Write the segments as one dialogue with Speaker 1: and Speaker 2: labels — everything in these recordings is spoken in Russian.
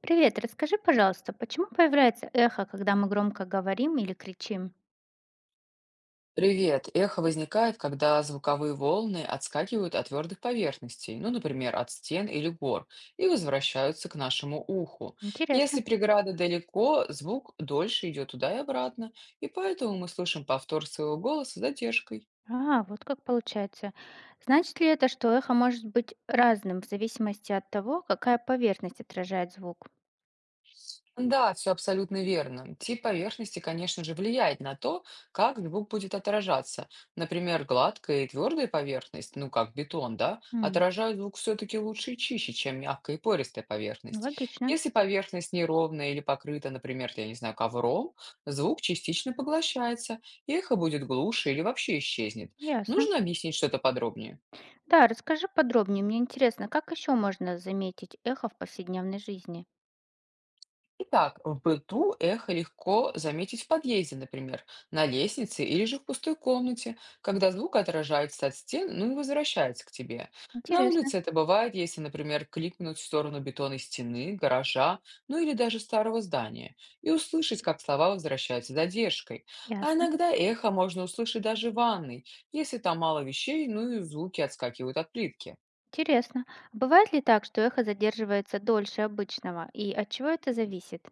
Speaker 1: Привет, расскажи, пожалуйста, почему появляется эхо, когда мы громко говорим или кричим?
Speaker 2: Привет! Эхо возникает, когда звуковые волны отскакивают от твердых поверхностей, ну, например, от стен или гор, и возвращаются к нашему уху. Если
Speaker 1: Интересно.
Speaker 2: преграда далеко, звук дольше идет туда и обратно, и поэтому мы слышим повтор своего голоса с задержкой.
Speaker 1: А, вот как получается. Значит ли это, что эхо может быть разным в зависимости от того, какая поверхность отражает звук?
Speaker 2: Да, все абсолютно верно. Тип поверхности, конечно же, влияет на то, как звук будет отражаться. Например, гладкая и твердая поверхность, ну как бетон, да,
Speaker 1: М,
Speaker 2: отражают звук все-таки лучше и чище, чем мягкая и пористая поверхность.
Speaker 1: логично.
Speaker 2: Если поверхность неровная или покрыта, например, я не знаю, ковром, звук частично поглощается, эхо будет глуше или вообще исчезнет.
Speaker 1: Ясно.
Speaker 2: Нужно объяснить что-то подробнее?
Speaker 1: Да, расскажи подробнее. Мне интересно, как еще можно заметить эхо в повседневной жизни?
Speaker 2: Итак, в быту эхо легко заметить в подъезде, например, на лестнице или же в пустой комнате, когда звук отражается от стен, ну и возвращается к тебе. На
Speaker 1: Интересно.
Speaker 2: улице это бывает, если, например, кликнуть в сторону бетонной стены, гаража, ну или даже старого здания, и услышать, как слова возвращаются с задержкой. А
Speaker 1: Ясно.
Speaker 2: иногда эхо можно услышать даже в ванной, если там мало вещей, ну и звуки отскакивают от плитки.
Speaker 1: Интересно. А бывает ли так, что эхо задерживается дольше обычного? И от чего это зависит?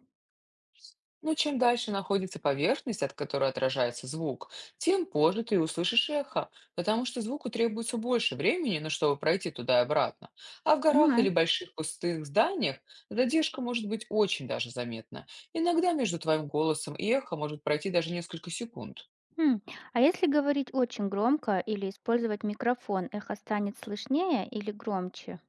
Speaker 2: Но чем дальше находится поверхность, от которой отражается звук, тем позже ты услышишь эхо, потому что звуку требуется больше времени, но чтобы пройти туда и обратно. А в горах
Speaker 1: Понимаю.
Speaker 2: или больших пустых зданиях задержка может быть очень даже заметна. Иногда между твоим голосом и эхо может пройти даже несколько секунд.
Speaker 1: М, а если говорить очень громко или использовать микрофон, эхо станет слышнее или громче?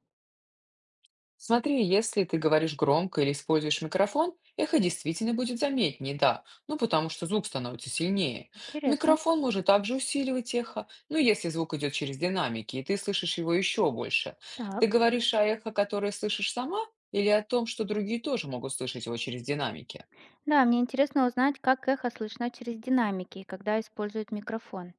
Speaker 2: Смотри, если ты говоришь громко или используешь микрофон, эхо действительно будет заметнее, да, ну потому что звук становится сильнее.
Speaker 1: Интересно.
Speaker 2: Микрофон может также усиливать эхо, ну если звук идет через динамики, и ты слышишь его еще больше. Ты
Speaker 1: Так.
Speaker 2: говоришь о эхо, которое слышишь сама, или о том, что другие тоже могут слышать его через динамики?
Speaker 1: Да, мне интересно узнать, как эхо слышно через динамики, когда используют микрофон.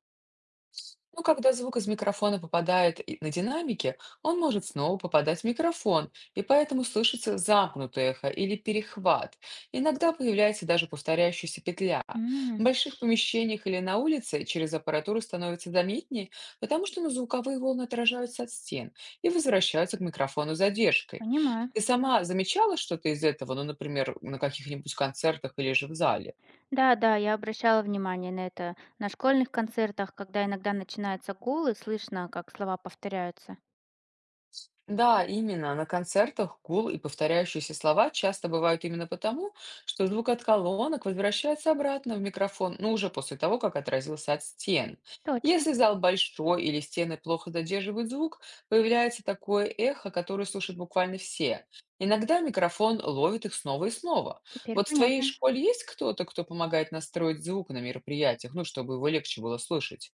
Speaker 2: Но когда звук из микрофона попадает на динамики, он может снова попадать в микрофон, и поэтому слышится замкнутое эхо или перехват. Иногда появляется даже повторяющаяся петля. В
Speaker 1: М,
Speaker 2: больших помещениях или на улице через аппаратуру становится заметнее, потому что, ну, звуковые волны отражаются от стен и возвращаются к микрофону с задержкой.
Speaker 1: понимаю.
Speaker 2: Ты сама замечала что-то из этого, ну, например, на каких-нибудь концертах или же в зале?
Speaker 1: Да, да, я обращала внимание на это. На школьных концертах, когда иногда начинается гул, и слышно, как слова повторяются.
Speaker 2: Да, именно. На концертах гул и повторяющиеся слова часто бывают именно потому, что звук от колонок возвращается обратно в микрофон, ну уже после того, как отразился от стен.
Speaker 1: Точно,
Speaker 2: Если зал большой или стены плохо задерживают звук, появляется такое эхо, которое слушают буквально все. Иногда микрофон ловит их снова и снова.
Speaker 1: теперь
Speaker 2: Вот в твоей
Speaker 1: понятно.
Speaker 2: школе есть кто-то, кто помогает настроить звук на мероприятиях, ну, чтобы его легче было слышать?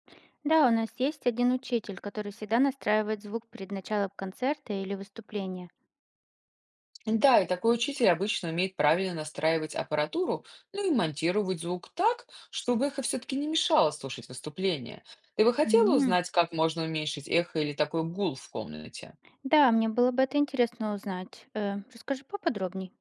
Speaker 1: Да, у нас есть один учитель, который всегда настраивает звук перед началом концерта или выступления.
Speaker 2: Да, и такой учитель обычно умеет правильно настраивать аппаратуру, ну и монтировать звук так, чтобы эхо все-таки не мешало слушать выступление. Ты бы хотела узнать, как можно уменьшить эхо или такой гул в комнате?
Speaker 1: Да, мне было бы это интересно узнать. Расскажи поподробней.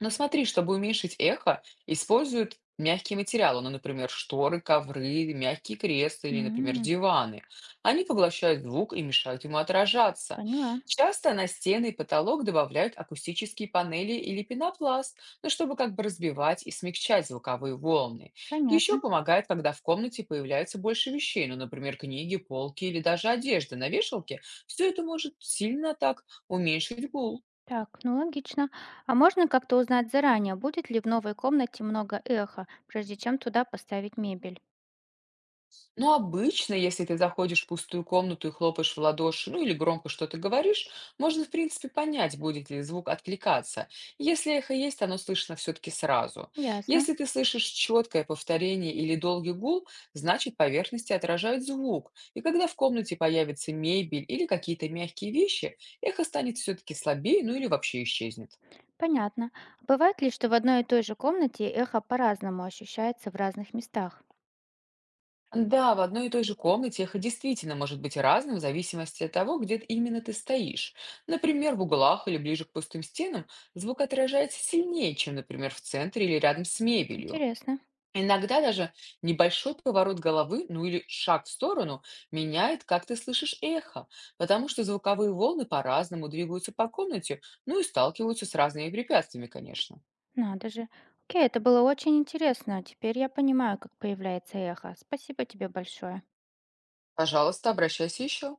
Speaker 2: Но смотри, чтобы уменьшить эхо, используют мягкие материалы, ну, например, шторы, ковры, мягкие кресла или, например,
Speaker 1: М,
Speaker 2: диваны. Они поглощают звук и мешают ему отражаться.
Speaker 1: поняла.
Speaker 2: Часто на стены и потолок добавляют акустические панели или пенопласт, ну, чтобы как бы разбивать и смягчать звуковые волны. Еще
Speaker 1: Понятно.
Speaker 2: помогает, когда в комнате появляется больше вещей, ну, например, книги, полки или даже одежда на вешалке. Все это может сильно так уменьшить гул.
Speaker 1: Так, ну логично. А можно как-то узнать заранее, будет ли в новой комнате много эха, прежде чем туда поставить мебель?
Speaker 2: Ну, обычно, если ты заходишь в пустую комнату и хлопаешь в ладоши, ну или громко что-то говоришь, можно, в принципе, понять, будет ли звук откликаться. Если эхо есть, оно слышно все-таки сразу.
Speaker 1: Ясно.
Speaker 2: Если ты слышишь четкое повторение или долгий гул, значит, поверхности отражают звук. И когда в комнате появится мебель или какие-то мягкие вещи, эхо станет все-таки слабее, ну или вообще исчезнет.
Speaker 1: Понятно. А бывает ли, что в одной и той же комнате эхо по-разному ощущается в разных местах?
Speaker 2: Да, в одной и той же комнате эхо действительно может быть разным в зависимости от того, где именно ты стоишь. Например, в углах или ближе к пустым стенам звук отражается сильнее, чем, например, в центре или рядом с мебелью.
Speaker 1: Интересно.
Speaker 2: Иногда даже небольшой поворот головы, ну или шаг в сторону, меняет, как ты слышишь эхо, потому что звуковые волны по-разному двигаются по комнате, ну и сталкиваются с разными препятствиями, конечно.
Speaker 1: Надо же. Окей, это было очень интересно. Теперь я понимаю, как появляется эхо. Спасибо тебе большое.
Speaker 2: Пожалуйста, обращайся еще.